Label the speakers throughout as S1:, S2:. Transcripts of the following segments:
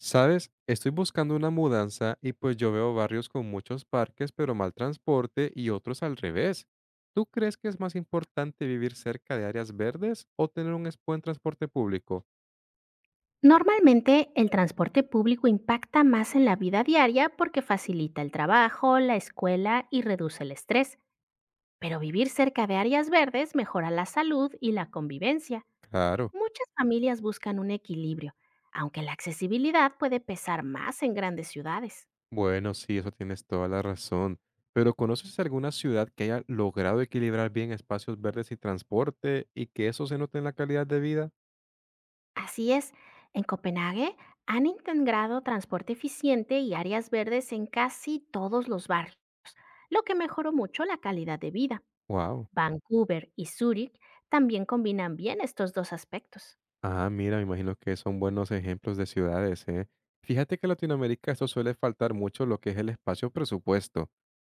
S1: Sabes, estoy buscando una mudanza y pues yo veo barrios con muchos parques pero mal transporte y otros al revés. ¿Tú crees que es más importante vivir cerca de áreas verdes o tener buen transporte público?
S2: Normalmente el transporte público impacta más en la vida diaria porque facilita el trabajo, la escuela y reduce el estrés, pero vivir cerca de áreas verdes mejora la salud y la convivencia.
S1: Claro,
S2: Muchas familias buscan un equilibrio, aunque la accesibilidad puede pesar más en grandes ciudades.
S1: bueno, sí, eso tienes toda la razón. Pero ¿conoces alguna ciudad que haya logrado equilibrar bien espacios verdes y transporte y que eso se note en la calidad de vida?
S2: Así es, en Copenhague han integrado transporte eficiente y áreas verdes en casi todos los barrios, lo que mejoró mucho la calidad de vida.
S1: Wow.
S2: Vancouver y Zúrich también combinan bien estos dos aspectos.
S1: Ah, mira, me imagino que son buenos ejemplos de ciudades, ¿eh? Fíjate que en Latinoamérica esto suele faltar mucho lo que es el espacio presupuesto.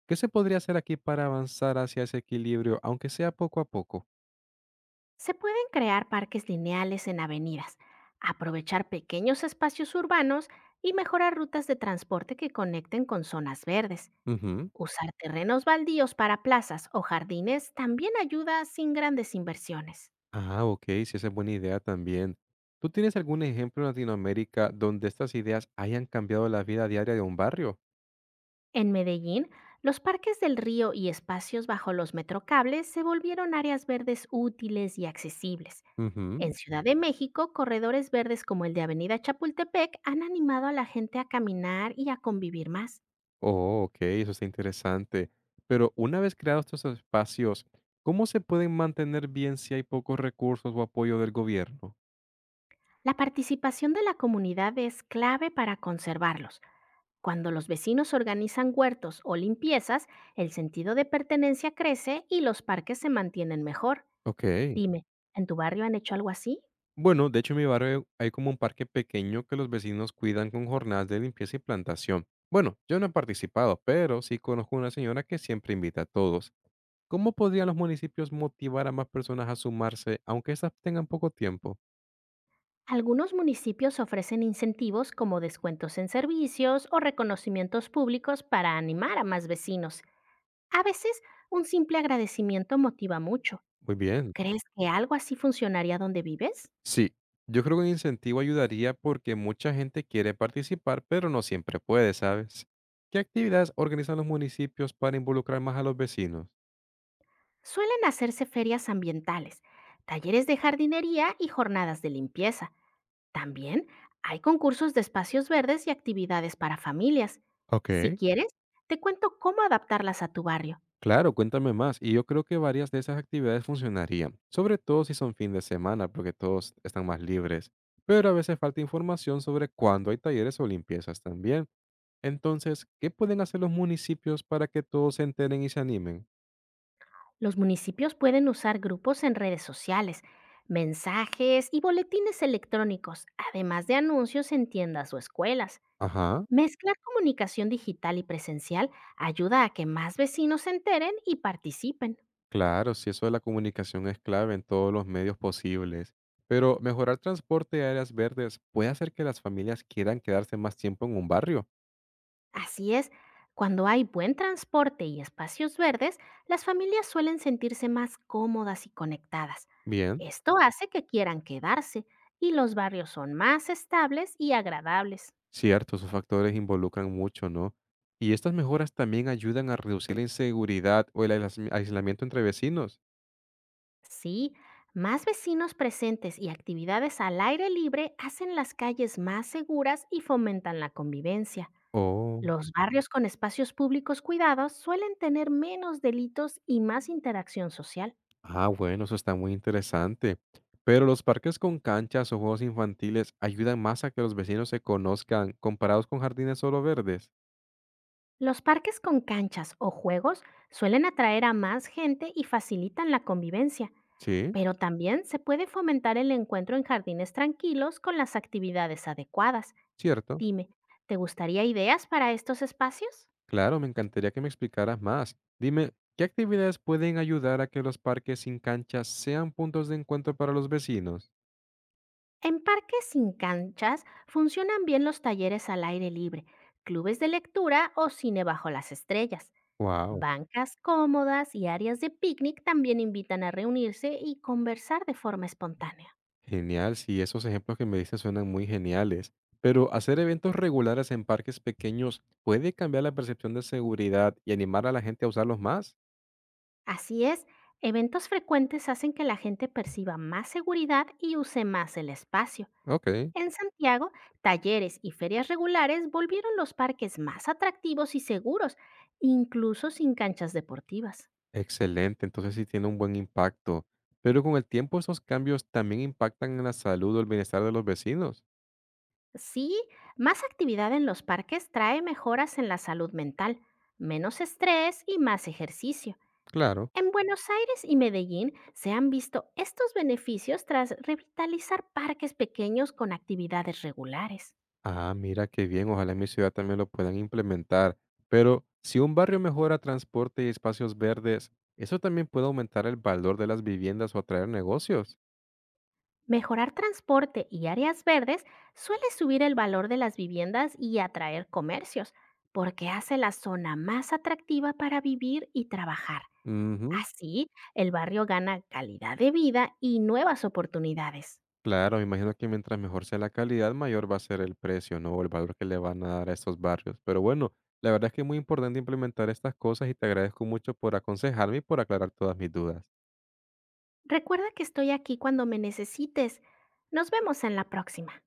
S1: ¿Qué se podría hacer aquí para avanzar hacia ese equilibrio, aunque sea poco a poco?
S2: Se pueden crear parques lineales en avenidas, aprovechar pequeños espacios urbanos y mejorar rutas de transporte que conecten con zonas verdes.
S1: Ujú.
S2: Usar terrenos baldíos para plazas o jardines también ayuda sin grandes inversiones.
S1: Ah, ok, sí, esa es buena idea también. ¿Tú tienes algún ejemplo en Latinoamérica donde estas ideas hayan cambiado la vida diaria de un barrio?
S2: En Medellín, los parques del río y espacios bajo los metrocables se volvieron áreas verdes útiles y accesibles.
S1: Ujú.
S2: En Ciudad de México, corredores verdes como el de Avenida Chapultepec han animado a la gente a caminar y a convivir más.
S1: Oh, ok, eso está interesante. Pero una vez creados estos espacios, ¿cómo se pueden mantener bien si hay pocos recursos o apoyo del gobierno?
S2: La participación de la comunidad es clave para conservarlos. Cuando los vecinos organizan huertos o limpiezas, el sentido de pertenencia crece y los parques se mantienen mejor.
S1: Ok.
S2: Dime, ¿en tu barrio han hecho algo así?
S1: Bueno, de hecho, en mi barrio hay como un parque pequeño que los vecinos cuidan con jornadas de limpieza y plantación. Bueno, yo no he participado, pero sí conozco una señora que siempre invita a todos. ¿Cómo podrían los municipios motivar a más personas a sumarse, aunque estas tengan poco tiempo?
S2: Algunos municipios ofrecen incentivos como descuentos en servicios o reconocimientos públicos para animar a más vecinos. A veces, un simple agradecimiento motiva mucho.
S1: Muy bien.
S2: ¿Crees que algo así funcionaría donde vives?
S1: Sí, yo creo que un incentivo ayudaría porque mucha gente quiere participar, pero no siempre puede, ¿sabes? ¿Qué actividades organizan los municipios para involucrar más a los vecinos?
S2: Suelen hacerse ferias ambientales, talleres de jardinería y jornadas de limpieza. También hay concursos de espacios verdes y actividades para familias.
S1: Ok.
S2: Si quieres, te cuento cómo adaptarlas a tu barrio.
S1: Claro, cuéntame más. Y yo creo que varias de esas actividades funcionarían, sobre todo si son fin de semana, porque todos están más libres. Pero a veces falta información sobre cuándo hay talleres o limpiezas también. Entonces, ¿qué pueden hacer los municipios para que todos se enteren y se animen?
S2: Los municipios pueden usar grupos en redes sociales, mensajes y boletines electrónicos, además de anuncios en tiendas o escuelas.
S1: Ajá,
S2: Mezclar comunicación digital y presencial ayuda a que más vecinos se enteren y participen.
S1: claro, si eso de la comunicación es clave en todos los medios posibles. Pero mejorar transporte y áreas verdes puede hacer que las familias quieran quedarse más tiempo en un barrio.
S2: Así es, cuando hay buen transporte y espacios verdes, las familias suelen sentirse más cómodas y conectadas.
S1: Bien.
S2: Esto hace que quieran quedarse y los barrios son más estables y agradables.
S1: Cierto, esos factores involucran mucho, ¿no? ¿Y estas mejoras también ayudan a reducir la inseguridad o el aislamiento entre vecinos?
S2: Sí, más vecinos presentes y actividades al aire libre hacen las calles más seguras y fomentan la convivencia.
S1: Oh,
S2: Los barrios con espacios públicos cuidados suelen tener menos delitos y más interacción social.
S1: ah, bueno, eso está muy interesante. Pero los parques con canchas o juegos infantiles ayudan más a que los vecinos se conozcan comparados con jardines solo verdes.
S2: Los parques con canchas o juegos suelen atraer a más gente y facilitan la convivencia,
S1: Sí,
S2: pero también se puede fomentar el encuentro en jardines tranquilos con las actividades adecuadas.
S1: cierto.
S2: Dime, ¿te gustaría ideas para estos espacios?
S1: Claro, me encantaría que me explicaras más. Dime, ¿qué actividades pueden ayudar a que los parques sin canchas sean puntos de encuentro para los vecinos?
S2: En parques sin canchas funcionan bien los talleres al aire libre, clubes de lectura o cine bajo las estrellas.
S1: Wow.
S2: Bancas cómodas y áreas de picnic también invitan a reunirse y conversar de forma espontánea.
S1: Genial, sí, esos ejemplos que me dices suenan muy geniales. Pero hacer eventos regulares en parques pequeños puede cambiar la percepción de seguridad y animar a la gente a usarlos más.
S2: Así es, eventos frecuentes hacen que la gente perciba más seguridad y use más el espacio.
S1: Ok,
S2: En Santiago, talleres y ferias regulares volvieron los parques más atractivos y seguros, incluso sin canchas deportivas.
S1: excelente, entonces sí tiene un buen impacto. Pero con el tiempo esos cambios también impactan en la salud o el bienestar de los vecinos.
S2: Sí, más actividad en los parques trae mejoras en la salud mental, menos estrés y más ejercicio.
S1: Claro.
S2: En Buenos Aires y Medellín se han visto estos beneficios tras revitalizar parques pequeños con actividades regulares.
S1: Ah, mira qué bien, ojalá en mi ciudad también lo puedan implementar. Pero si un barrio mejora transporte y espacios verdes, eso también puede aumentar el valor de las viviendas o atraer negocios.
S2: Mejorar transporte y áreas verdes suele subir el valor de las viviendas y atraer comercios, porque hace la zona más atractiva para vivir y trabajar.
S1: Ujú.
S2: Así, el barrio gana calidad de vida y nuevas oportunidades.
S1: Claro, me imagino que mientras mejor sea la calidad, mayor va a ser el precio, ¿no? O el valor que le van a dar a estos barrios. Pero bueno, la verdad es que es muy importante implementar estas cosas y te agradezco mucho por aconsejarme y por aclarar todas mis dudas.
S2: Recuerda que estoy aquí cuando me necesites. Nos vemos en la próxima.